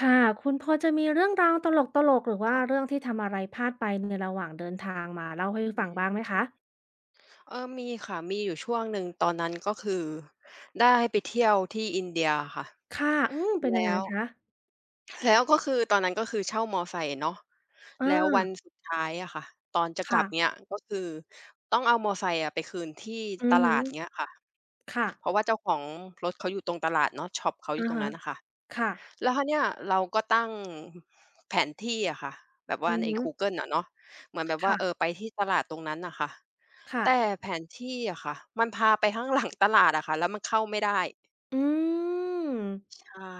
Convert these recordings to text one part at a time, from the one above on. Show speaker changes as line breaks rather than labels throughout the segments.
ค่ะ คุณพอจะมีเรื่องราวตลกๆหรือว่า
ค่ะ
เรื่องที่ทำอะไรพลาดไปในระหว่างเดินทางมาเล่าให้
อื
ฟังบ้างไหม
ม
คะ
เออมีค่ะมีอยู่ช่วงหนึ่งตอนนั้นก็คือได้ไปเที่ยวที่อินเดียค่ะ
ค่ะอืมเป็นยังไง
แล้ว
คะ
แล้วก็คือตอนนั้นก็คือเช่ามอไซค์เนาะ
อา
แล้ววันสุดท้ายอะค่ะตอนจะกลับ
ค่ะ
เงี่ยก็คือต้องเอามอไซค์อะไปคืนที่
อื
ต
อฮึ
ลาดเงี้ยค่ะ
ค่ะ
เพราะว่าเจ้าของรถเขาอยู่ตรงตลาดเนาะช็อปเขาอ
อะ
ยู่ตรง
ฮะ
นั้นน่ะค่ะ
ค่ะ
แล้วคราวเนี้ยเราก็ตั้งแผนที่อะค่ะแบบว่า
อือ
ใน
ฮึ
กูเกิลอะเนาะเหมือนแบบว่าเออ
ค่ะ
ไปที่ตลาดตรงนั้นน่ะค่ะ
ค่ะ
แต่แผนที่อะค่ะมันพาไปข้างหลังตลาดอะค่ะแล้วมันเข้าไม่ได้
อืม
ใช่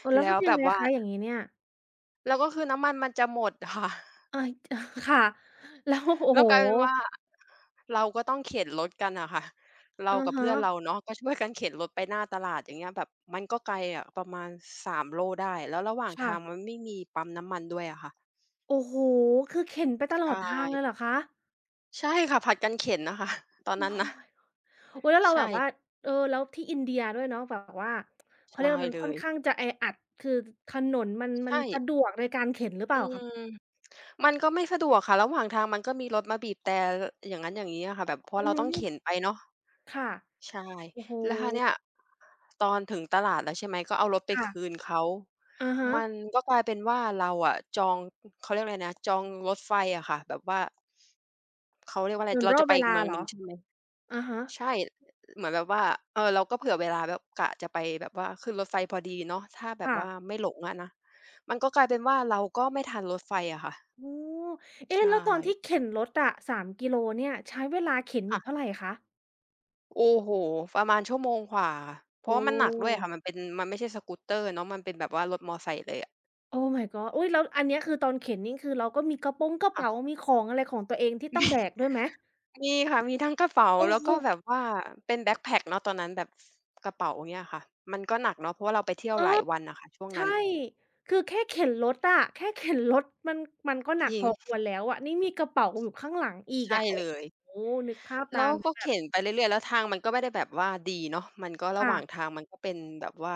เออแล้ว
แล้ว
ทำยั
แบ
งไง
บว่า
คะอย่างงี้เนี่ย
แล้วก็คือน้ำมันมันจะหมดค่ะ
เอ๊ย ค่ะแล้วโอ้
แล้
โฮ
วกลายเป็นว่าเราก็ต้องเข็นรถกันอะค่ะเรา
อะ
กับ
ฮะ
เพื่อนเราเนาะก็ช่วยกันเข็นรถไปหน้าตลาดอย่างเงี้ยแบบมันก็ไกลอะประมาณ3โลได้แล้วระหว่าง
ค่ะ
ทางมันไม่มีปั๊มน้ำมันด้วยอะค่ะ
โอ้โฮคือเข็นไปตล
ใช
อดทางเลยเหร
่
อคะ
ใช่ค่ะผลัดกันเข็นน่ะค่ะตอน
โอ้
นั้น
โฮ
นะ
โอุ๊ยแล้วเราแบ
ใช่
บว่าเออแล้วที่อินเดียด้วยเนาะแบบว่าเขาเรียก
ใช่
ว่ามัน
เล
ค่อน
ย
ข้างจะแออัดคือถนนมัน
ใช่
สะดวกในการเข็นหรือเป
อื
ล่าคะ
ม มันก็ไม่สะดวกค่ะระหว่างทางมันก็มีรถมาบีบแตรอย่างงั้นอย่างงี้อะค่ะแบบเพ
อื
ราะเรา
อ
ต้อง
ฮึ
เข็นไปเนาะ
ค่ะ
ใช่
โอ้โฮ
แล้วคราวเนี้ยตอนถึงตลาดแล้วใช่ไหมก็เอารถไป
ค่ะ
คืนเขา
อะฮะ
มันก็กลายเป็นว่าเราอะจองเขาเรียกอะไรนะจองรถไฟอะค่ะแบบว่าเขาเรียกว่าอะ
เห
ไร
มือน
เรา
รอ
จะ
บ
ไป
เว
อีก
ลา
เมือง
เหร
หนึ่
อ
งใช่ไหม
อะฮะ
ใช่เหมือนแบบว่าเออเราก็เผื่อเวลาแบบกะจะไปแบบว่าขึ้นรถไฟพอดีเนาะถ้าแบบ
ค่ะ
ว่าไม่หลงอะนะมันก็กลายเป็นว่าเราก็ไม่ทันรถไฟอะค่ะ
อ๋อเอ๊ะแล้
ใช่
วตอนที่เข็นรถอะ3กิโลเนี่ยใช้เวลาเข็นอยู่เท่า
ค่ะ
ไรคะ
โอ้โฮประมาณชั่วโมงกว่าเพ
โอ้
ราะว่ามันหนักด้วยค่ะมันเป็นมันไม่ใช่สกูตเตอร์เนาะมันเป็นแบบว่ารถมอไซค์เลยอะ
Oh my god อุ๊ยแล้วอันเนี้ยคือตอนเข็นนี่คือเราก็มีกระโปงกระ
ค่ะ
เป๋ามีของอะไรของตัวเองที่ต้องแบกด้วยไหม
มีมีค่ะมีทั้งกระเป๋า
โอ้
แล้ว
โฮ
ก็แบบว่าเป็นแบ็กแพ็กเนาะตอนนั้นแบบกระเป๋าเงี้ยค่ะมันก็หนักเนาะเพราะว่าเราไปเที่ยว
เออ
หลายวันน่ะค่ะช่วง
ใช่
นั้น
คือแค่เข็นรถอะแค่เข็นรถมันมันก็หนั
จ
ก
ริ
พ
ง
อควรแล้วอะนี่มีกระเป๋าอยู่ข้างหลังอีก
ใช่
อะโอ้
เลย
โฮนึกภาพตา
แล้ว
มแล้ว
ก็
แบบ
เข็นไปเรื่อยๆแล้วทางมันก็ไม่ได้แบบว่าดีเนาะมันก็ระ
ค่ะ
หว่างทางมันก็เป็นแบบว่า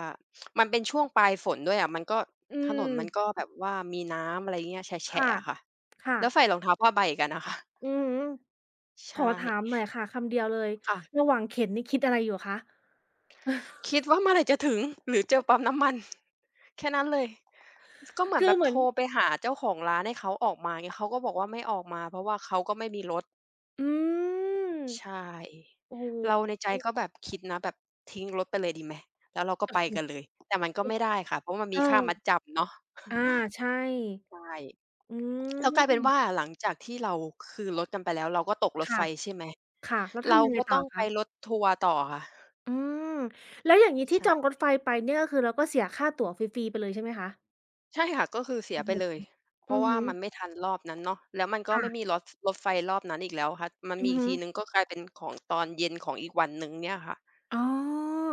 มันเป็นช่วงปลายฝนด้วยอะมันก็
อื
ถนน
ม
มันก็แบบว่ามีน้ำอะไรเงี้ยแฉะ
ค่ะ
ๆอะค่ะ
ค่ะ
แล้วใส่รองเท้าผ้าใบกันน่ะค่ะ
อือฮึ
ใช
ขอ
่
ถามหน่อยค่ะคำเดียวเลย
ค่ะ
ระหว่างเข็นนี่คิดอะไรอยู่คะ
คิ ดว่าเมื่อไหร่จะถึงหรือเจอปั๊มน้ำมันแค่นั้นเลยก็เหมือน
คือ
แบบ
เหมือ
โท
น
รไปหาเจ้าของร้านให้เขาออกมาเงี้ยเขาก็บอกว่าไม่ออกมาเพราะว่าเขาก็ไม่มีรถ
อืม
ใช่
โอ้โฮ
เราในใจ
โอ้
ก็แบบคิดนะแบบทิ้งรถไปเลยดีไหมแล้วเราก็
โฮ
ไปกันเลยแต่มันก็
โอ้
ไม่ได้ค่ะเพราะมัน
เอ
มีค่ามัด
อ
จำเนาะ
อาใช่
ใช่
อื
แล้วกลายเป็นว่า
ม
หลังจากที่เราคืนรถกันไปแล้วเราก็ตกรถไฟ
ค่ะ
ใช่ไหม
ค่ะแล้ว
เรา
ทำยังไง
ก็
ต่
ต้
อ
องไป
คะ
รถทัวร์ต่อค่ะ
อืมแล้วอย่างนี้ที่จอง
ใช่
รถไฟไปเนี่ยก็คือเราก็เสียค่าตั๋วฟรีๆไปเลยใช่ไหมคะ
ใช่ค่ะก็คือเสี
โอ้
ยไป
โฮ
เลยเพ
อื
ราะ
อ
ว่า
ฮึ
มันไม่ทันรอบนั้นเนาะแล้วมันก็ไม่มี
ค่ะ
รถไฟรอบนั้นอีกแล้วค่ะมัน
อื
มี
อ
อีก
ฮึ
ทีหนึ่งก็กลายเป็นของตอนเย็นของอีกวันหนึ่งเนี่ยค่ะ
อ๋อ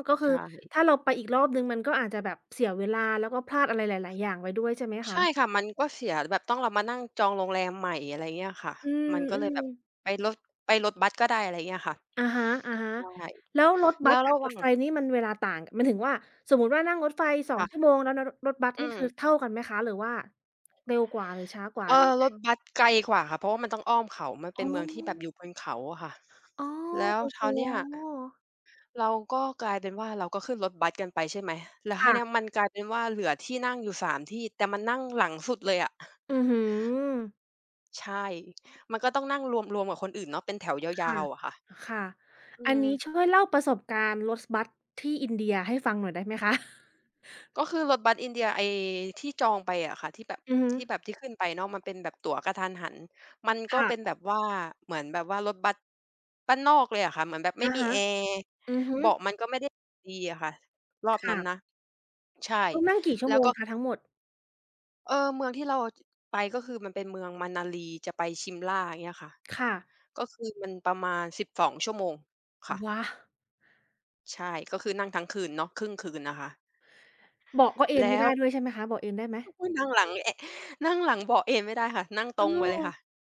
ก็คือ
ใช่
ถ้าเราไปอีกรอบหนึ่งมันก็อาจจะแบบเสียเวลาแล้วก็พลาดอะไรหลายๆอย่างไปด้วยใช่ไหมคะ
ใช่ค่ะมันก็เสียแบบต้องเรามานั่งจองโรงแรมใหม่อะไรเงี้ยค่ะ
อื
มันก็เลยแบ
ม
บ
ๆ
ไปรถไปรถบัสก็ได้อะไรเงี้ยค่ะ
อะฮะ
ใช่
ๆแล้วรถบั
แล้
ส
ว
กับ
ระห
ร
ว่า
ถ
ง
ไฟนี่มันเวลาต่างหมายถึงว่าสมมุติว่านั่งรถไฟ2ชั่ว
ค่ะ
โมงแล้วรถบัสนี่
อืม
คือเท่ากันไหมคะหรือว่าเร็วกว่าหรือช้ากว่า
เออ
หรือยัง
ร
ไง
ถบัสไกลกว่าค่ะเพราะว่ามันต้องอ้อมเขามัน
อ๋อ
เป็นเมืองที่แบบอยู่บนเขาอะค่ะ
อ๋อ
แล้ว
โอ้
ค
โฮ
ราวเนี้ย เราก็กลายเป็นว่าเราก็ขึ้นรถบัสกันไปใช่ไหมแล้วคราว
ค่ะ
เนี้ยมันกลายเป็นว่าเหลือที่นั่งอยู่สามที่แต่มันนั่งหลังสุดเลยอะ
อือฮอ
ใช่มันก็ต้องนั่งรวมๆกับคนอื่นเนาะเป็นแถวยา
ค่ะ
วๆอะค่ะ
ค่ะ
อื
อันนี้ช่
ม
วยเล่าประสบการณ์รถบัสที่อินเดียให้ฟังหน่อยได้ไหมคะ
ก็คือรถบัสอินเดียไอ้ที่จองไปอะค่ะที่แบบ
อือฮึ
ที่ขึ้นไปเนาะมันเป็นแบบตั๋วกะทันหันมันก็
ค่ะ
เป็นแบบว่าเหมือนแบบว่ารถบัสบ้านนอกเลยอะค่ะเหมือนแบบไม่
อะ
มี
ฮะ
แอร์
อือฮึ
เบาะมันก็ไม่ได้ดีอะค่ะรอบนั้นนะ
ค่ะ
ใช่
ต้องนั่งกี่ชั่ว
แล้
โม
ว
ง
ก็
คะทั้งหมด
เออเมืองที่เราจไปก็คือมันเป็นเมืองมะนาลีจะไปชิมล่าอย่างเงี้ยค่ะ
ค่ะ
ก็คือมันประมาณ12 ชั่วโมงค่ะ
ว้า
ใช่ก็คือนั่งทั้งคืนเนาะครึ่งคืนนะคะ
เบาะก็เอนไม่
แล้ว
ได้ด้วยใช่ไหมคะเบาะเอนได้ไหม
อุ๊ยนั่งหลัง แอะนั่งหลังเบาะเอนไม่ได้ค่ะนั่ง
เอ
ต
อ
รงไปเลยค่ะ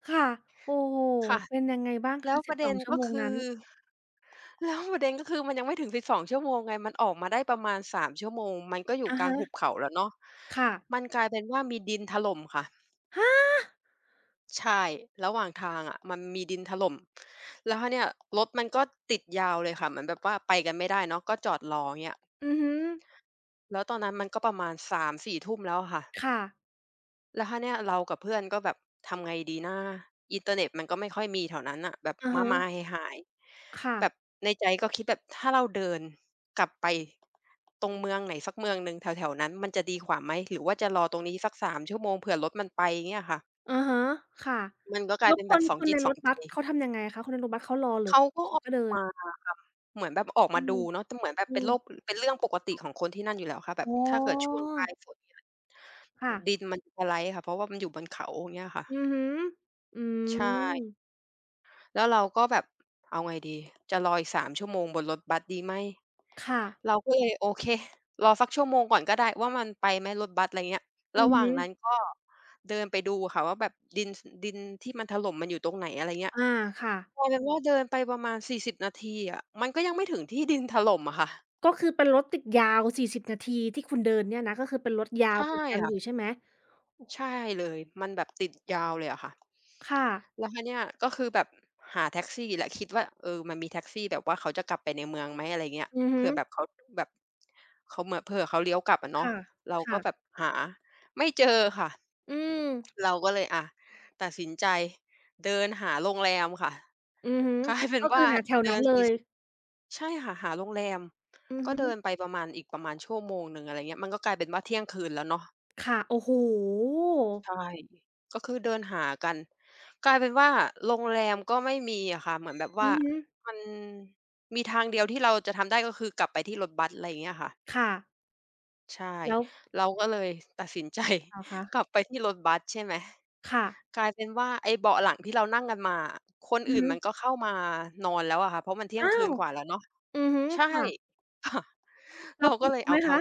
ค่ะโอ้โฮ
ค่ะ
เป็นยังไงบ้าง
แล้
คะ
วประเด็
12
น
ชั่ว
ก็
โมง
คื
นั้
อ
น
แล้วประเด็นก็คือมันยังไม่ถึงสิบสองชั่วโมงไงมันออกมาได้ประมาณสามชั่วโมงมันก็อยู่
อะ
กลาง
ฮะ
หุบเขาแล้วเนาะ
ค่ะ
มันกลายเป็นว่ามีดินถล่มค่ะ
ฮะ
ใช่ระหว่างทางอะมันมีดินถล่มแล้วคราวเนี้ยรถมันก็ติดยาวเลยค่ะเหมือนแบบว่าไปกันไม่ได้เนาะก็จอดรออย่างเงี้ย
อือฮึ
แล้วตอนนั้นมันก็ประมาณ3-4ทุ่มแล้วอะค่ะ
ค่ะ
แล้วคราวเนี้ยเรากับเพื่อนก็แบบทำไงดีนะอินเทอร์เน็ตมันก็ไม่ค่อยมีแถวนั้นน่ะแบบ
อะ
ม้า
ฮะ
ๆหาย
ค่ะ
ๆแบบในใจก็คิดแบบถ้าเราเดินกลับไปตรงเมืองไหนสักเมืองหนึ่งแถวๆนั้นมันจะดีกว่าไหมหรือว่าจะรอตรงนี้สักสามชั่วโมงเผื่อรถมันไปเงี้ยค่ะ
อะฮะค่ะ
มันก็ก
แล้
ลาย
ว
เป็น
ค
แบ
น
บสอง
คน
จิ
ใน
ตส
ร
อ
ถ
ง
บั
ใจ
สเขาทำยังไงคะคนในรถบัสเขารอหรือ
เขาก็
เขา
ออก
ก็เดิน
มาอะค่ะเหมือนแบบออก
อื
มาดู
ม
เนาะแต่เหมือนแบบ
อื
เป็น
ม
โรคเป็นเรื่องปกติของคนที่นั่นอยู่แล้วค่ะแบบ
อ๋
ถ้าเกิดช่ว
อ
งปลายฝนเนี่ย
ค่ะ
ดินมันสไลด์ค่ะเพราะว่ามันอยู่บนเขาอย่างเงี้ยค่ะ
อือฮึอื
ใช
ม
่แล้วเราก็แบบเอาไงดีจะรออีกสามชั่วโมงบนรถบัสดีไหม
ค่ะ
เราก็เลยโอเครอสักชั่วโมงก่อนก็ได้ว่ามันไปไหมรถบัสอะไรเงี้ย
อื
ระ
อ
หว่า
ฮึ
งนั้นก็เดินไปดูค่ะว่าแบบดินสดินที่มันถล่มมันอยู่ตรงไหนอะไรเงี้ย
อาค่ะ
กลายเป็นว่าเดินไปประมาณ40นาทีอะมันก็ยังไม่ถึงที่ดินถล่มอะค่ะ
ก็คือเป็นรถติดยาว40นาทีที่คุณเดินเนี่ยนะ ก็คือเป็นรถยาว
ใช่
ติดกันอ
ค่ะ
ยู่ใช่ไหม
ใช่เลยมันแบบติดยาวเลยอะค่ะ
ค่ะ
แล้วทีเนี้ยก็คือแบบหาแท็กซี่แหละคิดว่าเออมันมีแท็กซี่แบบว่าเขาจะกลับไปในเมืองไหมอะไรเงี้ย
อือฮึ
เผื่อแบบเขาแบบเขาเหมือนเผื่อเขาเลี้ยวกลับอะเนาะ
ค่ะ
เราก็แบบ
ค่ะ
หาไม่เจอค่ะ
อืม
เราก็เลยอะตัดสินใจเดินหาโรงแรมค่ะ
อือฮึ
กลายเป็น
ก็คือ
ว่า
หาแถว
เดิ
นั้น
น
เลย
40 ใช่ค่ะหาโรงแรม
อือ
ก็
ฮึ
เดินไปประมาณอีกประมาณชั่วโมงหนึ่งอะไรเงี้ยมันก็กลายเป็นว่าเที่ยงคืนแล้วเนาะ
ค่ะโอ้โฮ
ใช่ก็คือเดินหากันกลายเป็นว่าโรงแรมก็ไม่มีอะค่ะเหมือนแบบ
อื
ว่า
อฮึ
มันมีทางเดียวที่เราจะทำได้ก็คือกลับไปที่รถบัสอะไรอย่างเงี้ยค่ะ
ค่ะ
ใช่
แล้ว
เราก็เลยตัดสินใจ
เหรอคะ
กลับไปที่รถบัสใช่ไหม
ค่ะ
กลายเป็นว่าไอ้เบาะหลังที่เรานั่งกันมาอะคน
อือ
อื่น
ฮึ
มันก็เข้ามานอนแล้วอะค่ะเพราะมันเที่ยง
อ้า
คื
ว
นกว่าแล้วเนาะ
อือฮึ
ใช่
ค่ะ
ค่ะ
แล้
เรา
วป
ก็
ลุก
เลย
เขาไห
เอา
ม
ทั้
คะ
ง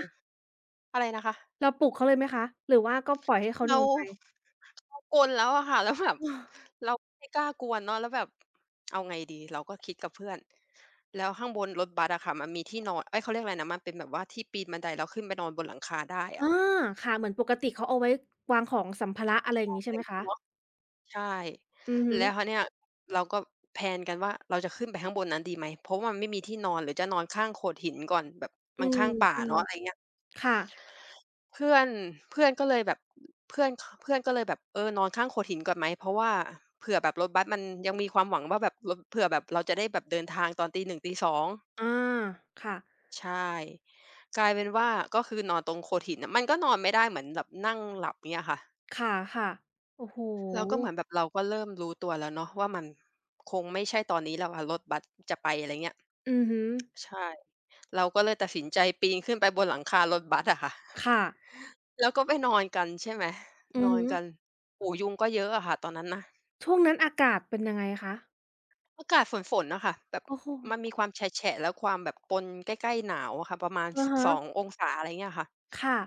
อะไรนะคะ
เราปลุกเขาเลยไหมคะหรือว่าก็ปล่อยให้เขาน
เรา
อนไป
เขากวนแล้วอะค่ะแล้วแบบเราไม่กล้ากวนเนาะแล้วแบบเอาไงดีเราก็คิดกับเพื่อนแล้วข้างบนรถบัสอะค่ะมันมีที่นอนเอ๊ยเขาเรียกอะไรนะมันเป็นแบบว่าที่ปีนบันไดแล้วขึ้นไปนอนบนหลังคาได้
อา
อะ
ค่ะเหมือนปกติเขาเอาไว้วางของสัมภาระอะไรอ
อ
ย่าง
อก
งี้
อะ
ใช่
ไรอ
ไหม
ย่างงี้
คะ
เนาะใช่
อือฮึ
แล้วคราวเนี้ยเราก็แพลนกันว่าเราจะขึ้นไปข้างบนนั้นดีไหมเพราะว่ามันไม่มีที่นอนหรือจะนอนข้างโขดหินก่อนแบบ
อื
มันข้างป่า
ม
เนาะอะไรเงี้ย
ๆค่ะ
เพื่อนเพื่อนก็เลยแบบเพื่อนก็เลยแบบเออนอนข้างโขดหินก่อนไหมเพราะว่าเผื่อแบบรถบัสมันยังมีความหวังว่าแบบรถเผื่อแบบเราจะได้แบบเดินทางตอนตีหนึ่งตี2อง
อาค่ะ
ใช่กลายเป็นว่าก็คือนอนตรงโขดหินน่ะมันก็นอนไม่ได้เหมือนแบบนั่งหลับเงี้ยค่ะ
ค่ะๆโอ้โฮ
แล้วก็เหมือนแบบเราก็เริ่มรู้ตัวแล้วเนาะว่ามันคงไม่ใช่ตอนนี้แล้วอะรถบัสจะไปอะไรเงี้ย
อือฮึ
ใช่เราก็เลยตัดสินใจปีนขึ้นไปบนหลังคารถบัสอะค่ะ
ค่ะ
แล้วก็ไปนอนกันใช่ไหม
อื
น
อ
อน
ฮึ
กันโอ้โฮยุงก็เยอะอะค่ะตอนนั้นนะ
ช่วงนั้นอากาศเป็นยังไงคะ
อากาศฝนๆน่ะค่ะแบบ
โอ้โฮ
มันมีความแฉะๆแล้วความแบบปนใกล้ๆหนาวอะค่ะประมาณ
อะ
12
ฮะ
ององศาอะไรเงี้ยค่ะ
ค่ะ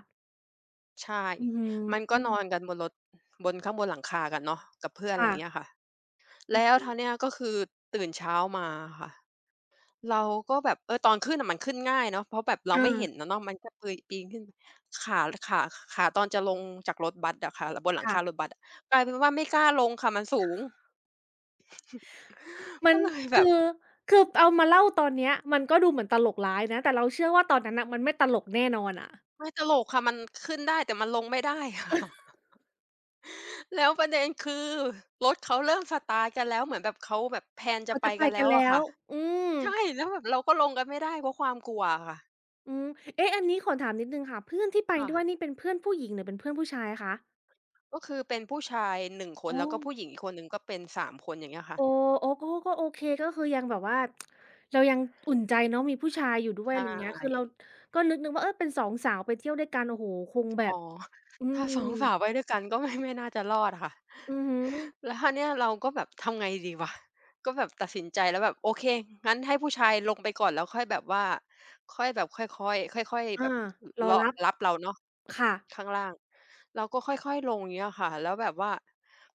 ใช่
อื้อฮื
มันก็นอน
อ
กันบนรถบนข้างบนหลังคากันเนาะกับเพื่อนอะไร
ค่ะ
เงี้ยค่ะแล้วคราวเนี้ยก็คือตื่นเช้ามาอะค่ะ เราก็แบบเออตอนขึ้นน่ะมันขึ้นง่ายเนาะเพราะแบบเราไม่
อา
เห็นอะเนาะมันก็ปืยปีนขึ้นขาขาขาตอนจะลงจากรถบัสอะค่ะบนหลังคารถ
ค่ะ
บัสอะกลายเป็นว่าไม่กล้าลงค่ะมันสูง
มัน
ก็เลยแบ
คื
บ
อคือเอามาเล่าตอนเนี้ยมันก็ดูเหมือนตลกร้ายนะแต่เราเชื่อว่าตอนนั้นน่ะมันไม่ตลกแน่นอนอะ
ไม่ตลกค่ะมันขึ้นได้แต่มันลงไม่ได้ค่ะ แล้วประเด็นคือรถเขาเริ่มสตาร์ตกันแล้วเหมือนแบบเขาแบบแพลนจะ
เขา
ไป
จะไป
กัน
กั
แล้
น
วอะ
แล้ว
ค่ะ
อืม
ใช่แล้วแบบเราก็ลงกันไม่ได้เพราะความกลัวอะค่ะ
อืมเอ๊ะอันนี้ขอถามนิดหนึ่งค่ะเพื่อนที่ไป
ค่ะ
ด้วยนี่เป็นเพื่อนผู้หญิงหรือเป็นเพื่อนผู้ชายคะ
ก็คือเป็นผู้ชายหนึ่งค
อ๋
น
อ
แล้วก็ผู้หญิงอีกคนหนึ่งก็เป็นสามคนอย่างเงี้ยค่ะ
โอ้โอ้ก็ก็โอเคก็คือยังแบบว่าเรายังอุ่นใจเนาะมีผู้ชายอยู่ด้วย
ใช
อะไรอย่างเงี้ยคือเรา
่
ก็นึกว่าเออเป็น2สาวไปเที่ยวด้วยกันโอ้โฮคงแบ
อ๋
บ
อ
อื
ถ้า
ม
สองสาไว้ด้วยกันก็ไม่ ไม่น่าจะรอดอะค่ะ
อือฮึ
แล้วคราวเนี้ยเราก็แบบทำไงดีวะก็แบบตัดสินใจแล้วแบบโอเคงั้นให้ผู้ชายลงไปก่อนแล้วค่อยแบบว่าค่อยแบบค่อยๆค่อยๆแบ
อา
บ
รอ
รอ
รับ
รับเราเนาะ
ค่ะ
ข้างล่างเราก็ค่อยๆลงอย่างเงี้ยค่ะแล้วแบบว่า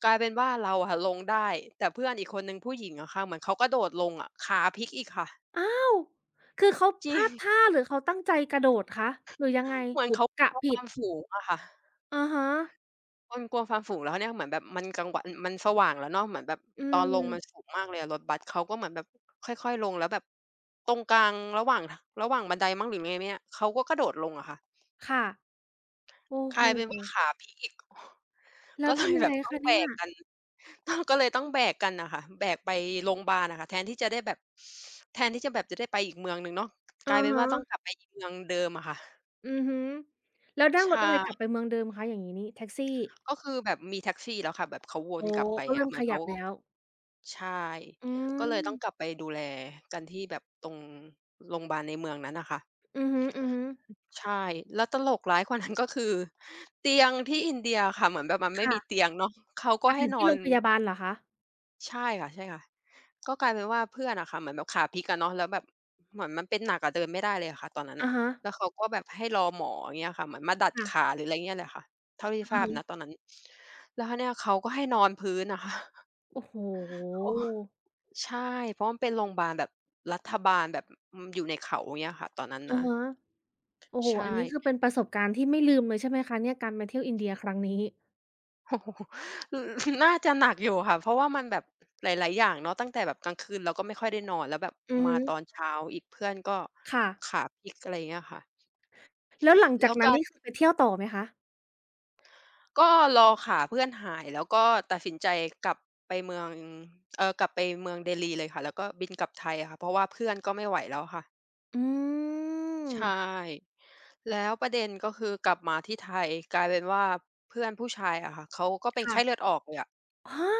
กลายเป็นว่าเราอะลงได้แต่เพื่อนอีกคนหนึ่งผู้หญิงอะค่ะเหมือนเขากระโดดลงอะขาพลิกอีกค่ะ
อ้าวคือเขา
จ
พ
ริ
ลา
ง
ดท่าหรือเขาตั้งใจกระโดดคะหรือยังไง
เหมือ
ห
น
รือ
เขาก
กะ
ลัวค
ผิด
วามสูงอะค่ะ
อะฮะ
กลัวความสูงแล้วเนี่ยเหมือนแบบมันกลางวันมันสว่างแล้วเนาะเหมือนแบบ
อื
ตอนลงมัน
ม
สูงมากเลยอะรถบัสเขาก็เหมือนแบบค่อยๆลงแล้วแบบตรงกลางระหว่างทระหว่างบันไดมั้งหรือไงไม่อะเขาก็กระโดดลงอะค่ะ
ค่ะโอ้
ก
โฮ
ลายเป็นว่าขาพลิกอีก
แล้
ก็
ว
เลย
ทำยั
แบ
งไง
บต้อง
คะ
แบ
เนี่ย
กกันก็เลยต้องแบกกันน่ะค่ะแบกไปโรงพยาบาลอะค่ะแทนที่จะได้แบบแทนที่จะแบบจะได้ไปอีกเมืองหนึ่งเนาะก
อะ
ลายเป็นว่าต้องกลั
ฮะ
บไปอีกเมืองเดิมอะค่ะ
อือฮึแล้วนั่ง
ใช
รถอะไรกลับ
่
ไปเมืองเดิมคะอย่างงี้นี่แท็กซี่
ก็คือแบบมีแท็กซี่แล้วค่ะแบบเขาว
อ๋
น
อ
กลับไป
ก็เริ่
อะ
ม
เหมื
ข
อน
ยั
เขา
บ
ก็
แล้ว
ใช่
อื
ก็
ม
เลยต้องกลับไปดูแลกันที่แบบตรงโรงบาลในเมืองนั้นน่ะค่ะ
อือฮึๆ
ใช่แล้วตลกร้ายกว่านั้นก็คือเตียงที่อินเดียค่ะเหมือนแบบมันไม่มีเตี
ค่ะ
ยงเนาะเขาก็
มา
ให้
ถึง
นอ
ที่โร
น
งพยาบาลเหรอคะ
ใช่ค่ะใช่ค่ะก็กลายเป็นว่าเพื่อนอะค่ะเหมือนแบบขาพลิกอะเนาะแล้วแบบเหมือนมันเป็นหนักอะเดินไม่ได้เลยอะค่ะตอนนั้น
อะ
น่ะ
ฮะ
แล้วเขาก็แบบให้รอหมออย่างเงี้ยค่ะเหมือนมาดัดขา
ค่ะ
หรืออะไรเงี้ยแหละค่ะเท่าที่
อะ
ทราบณตอน
ฮะ
นั้นแล้วคราวเนี้ยเขาก็ให้นอนพื้นอะค่ะ
โอ้โฮ
โอ้ ใช่เพราะมันเป็นโรงพยาบาลแบบรัฐบาลแบบอยู่ในเขาอย่างเงี้ยค่ะตอนนั้น
อะ
นะ
ฮะโอ้โฮ
ใช
อัน
่
นี้คือเป็นประสบการณ์ที่ไม่ลืมเลยใช่ไหมคะเนี่ยการมาเที่ยวอินเดียครั้งนี้
โอ้โฮอน่าจะหนักอยู่ค่ะเพราะว่ามันแบบหลายๆอย่างเนาะตั้งแต่แบบกลางคืนเราก็ไม่ค่อยได้นอนแล้วแบบ
อือฮึ
มาตอนเช้าอีกเพื่อนก็
ค่ะ
ขาพลิกอะไรอย่างเงี้ยค่ะ
แล้วหลังจา
แล้
ก
ว
นั้
ก
น
ลาย
นี่คือไปเที่ยวต่อไหมคะ
ก็รอขาเพื่อนหายแล้วก็ตัดสินใจกลับไปเมืองกลับไปเมืองเดลีเลยค่ะแล้วก็บินกลับไทยอะค่ะเพราะว่าเพื่อนก็ไม่ไหวแล้วค่ะ
อื
ใช่
ม
แล้วประเด็นก็คือกลับมาที่ไทยกลายเป็นว่าเพื่อนผู้ชายอะค่ะเขาก็เป็น
ค่ะ
ไข้เลือดออกเลยอะ
ฮะ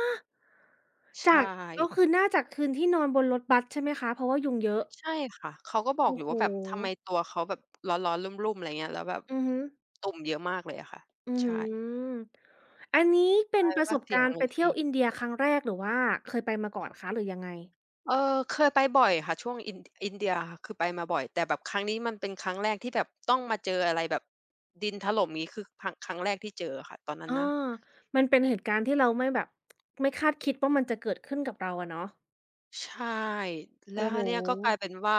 จา
ใช่
กก็คือน่าจะคืนที่นอนบนรถบัสใช่ไหมคะเพราะว่ายุงเยอะ
ใช่ค่ะเขาก็บอก
โอ้
อยู่
โฮ
ว่าแบบทำไมตัวเขาแบบร้อนๆรุ่มๆอะไรเงี้ยแล้วแบบ
อือฮึ
ตุ่มเยอะมากเลยอะค่ะ
อื้อ
ใช่
ฮืออันนี้เป็
ก
น
ลาย
ป
เป็น
ระส
ว่า
บ
เสีย
การณ์ไป
เงินฟ
เที่ย
รี
วอินเดียครั้งแรกหรือว่าเคยไปมาก่อนคะหรือยังไง
เออเคยไปบ่อยค่ะช่วงอินเดียค่ะคือไปมาบ่อยแต่แบบครั้งนี้มันเป็นครั้งแรกที่แบบต้องมาเจออะไรแบบดินถล่มงี้คือครั้งแรกที่เจออะค่ะตอนนั้น
อ้
นะ
อมันเป็นเหตุการณ์ที่เราไม่แบบไม่คาดคิดว่ามันจะเกิดขึ้นกับเราอะเนาะ
ใช่แล้
โอ้
วค
โฮ
ราวเนี้ยก็กลายเป็นว่า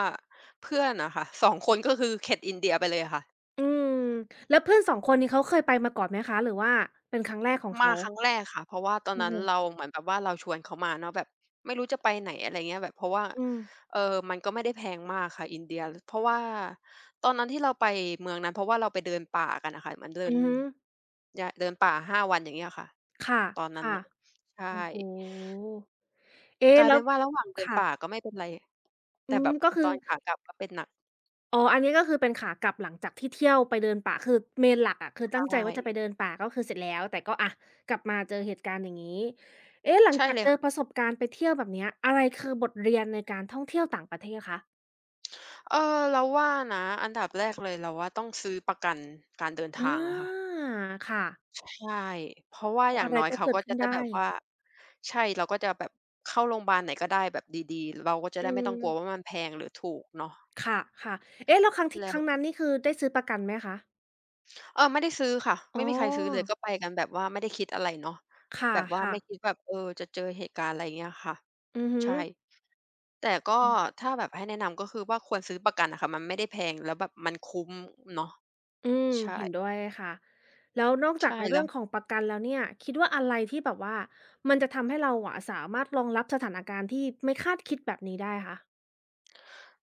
เพื่อนอะค่ะสองคนก็คือเข็ดอินเดียไปเลยค่ะ
อืมแล้วเพื่อนสองคนนี้เขาเคยไปมาก่อนไหมคะหรือว่าเป็นครั้งแรกของ
มา
เขา
ครั้งแรกค่ะเพราะว่าตอน
โอ้โฮ
นั้นเราเหมือนแบบว่าเราชวนเขามาเนาะแบบไม่รู้จะไปไหนอะไรเงี้ยแบบเพราะว่า
อืม
เอ่อมันก็ไม่ได้แพงมากค่ะอินเดียเพราะว่าตอนนั้นที่เราไปเมืองนั้นเพราะว่าเราไปเดินป่ากันน่ะค่ะเหมือน
อือฮึ
เดินป่า5วันอย่างเงี้ยค่ะ
ค
ตอนนั้น
่ะ
เนี่ยใช่
ๆโอ้โฮเอ๊ะ
กลาย
แล้
เป็
ว
นว่าระหว่างเดิน
ค่ะ
ป่าก็ไม่เป็นไร
อื
แต่
ม
แบบ
ก็คื
ต
อ
อนขากลับก็เป็นหนัก
อ๋ออันนี้ก็คือเป็นขากลับหลังจากที่เที่ยวไปเดินป่าคือเม i หลักอะคือตั้งใจ
ใช่
ว่าจะไปเดินป่าก็คือเสร็จแล้วแต่ก็อะกลับมาเจอเหตุการณ์อย่างงี้เอ๊ะหลัง
ใช่
จาก
เล
เจ
ย
อ
ค่ะ
ประสบการณ์ไปเที่ยวแบบเนี้ยอะไรคือบทเรียนในการท่องเที่ยวต่างประเทศคะ
เออเราว่านะอันดับแรกเลยเราว่าต้องซื้อประกันการเดิน
อา
ทางอะค่ะ
ค่ะ
ใช่เพราะว่า
ก็
อย่า
อะ
ง
ไร
น้อย
ก็
เขา
เกิด
ก็
ขึ้
จะ
น
ได้แบ
ได้
บว่าใช่เราก็จะแบบเข้าโรงพยาบาลไหนก็ได้แบบดีๆเราก็จะ
อื
ได้ไม่ต้
ม
องกลัวว่ามันแพงหรือถูกเนาะ
ค่ะๆเอ๊ะแล้วครั้งที่ค
แล้ว
รั้งนั้นนี่คือได้ซื้อประกันไหมคะ
เออไม่ได้ซื้อค่ะ
อ๋อ
ไม่มีใครซื้อเลยก็ไปกันแบบว่าไม่ได้คิดอะไรเนาะ
ค
แบบว่า
่ะ
ไม่
ๆ
คิดแบบเออจะเจอเหตุการณ์อะไรอย่างเงี้ยค่ะ
อือฮึ
ใช่แต่ก็ถ้าแบบให้แนะนำก็คือว่าควรซื้อประกันอะค่ะมันไม่ได้แพงแล้วแบบมันคุ้มเนาะ
อืม
ใช่
เห็นด้วยค่ะแล้วนอกจาก
ใช่
ในเรื่
แล้
อง
ว
ของประกันแล้วเนี่ยคิดว่าอะไรที่แบบว่ามันจะทำให้เราอะสามารถรองรับสถานการณ์ที่ไม่คาดคิดแบบนี้ได้คะ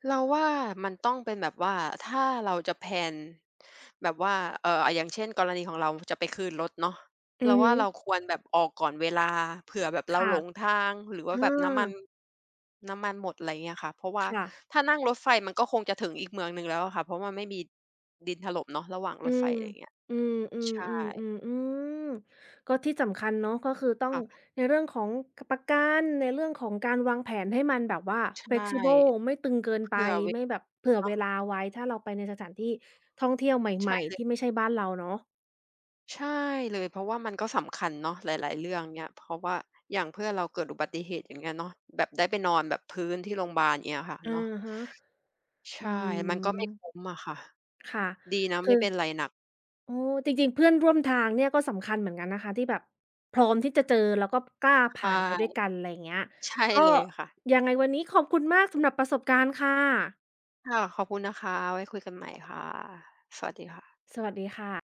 เราว่ามันต้องเป็นแบบว่าถ้าเราจะแพลนแบบว่าอย่างเช่นกรณีของเราจะไปคืนรถเนาะ
อื
เรา
อฮึ
ว่าเราควรแบบออกก่อนเวลาเผื่อแบบเรา
ค่ะ
หลงทางหรือว่า
อา
แบบน้ำมันหมดอะไรเงี้ยค่ะเพราะว่า
ค่ะ
ถ้านั่งรถไฟมันก็คงจะถึงอีกเมืองหนึ่งแล้วอะค่ะเพราะมันไม่มีดินถล่มเนาะระหว่างร
อื
ถไฟ
ม
อะไรเงี้ย
อืมอืม
ใช่
อืมอืมอืมก็ที่สำคัญเนาะก็คือต้อง
ค่ะ
ในเรื่องของกประกันในเรื่องของการวางแผนให้มันแบบว่า
ใช่
flexible ไม่ตึงเกินไป
เผื่อเว
ไม่
ลา
แบบเผื่อเว
เนาะ
ลาไว้ถ้าเราไปในสถานที่ท่องเที่ยวให
ใช่
ม่
เล
ๆที่
ย
ไม่ใช่บ้านเราเนาะ
ใช่เลยเพราะว่ามันก็สำคัญเนาะหลายๆเรื่องเนี่ยเพราะว่าอย่างเพื่อนเราเกิดอุบัติเหตุอย่างเงี้ยเนาะแบบได้ไปนอนแบบพื้นที่โรงพยาบาลอย่างเงี้ยค่ะ
อ
เนาะ
ะฮะ อื
ใช่มันก็ไม่คุ้
ม
มอะค่ะ
ค่ะ
ดีนะไม่
คือ
เป็นไรหนัก
โอ้จริงๆเพื่อนร่วมทางเนี่ยก็สำคัญเหมือนกันนะคะที่แบบพร้อมที่จะเจอแล้วก็กล้า
ค่
ผ่านไปด้วย
ะ
กันอะไรอย่างเงี้ย
ใช่
ก็
เลยค่ะ
ยังไงวันนี้ขอบคุณมากสำหรับประสบการณ์ค่ะ
ค่ะขอบคุณนะคะไว้คุยกันใหม่ค่ะสวัสดีค่ะ
สวัสดีค่ะ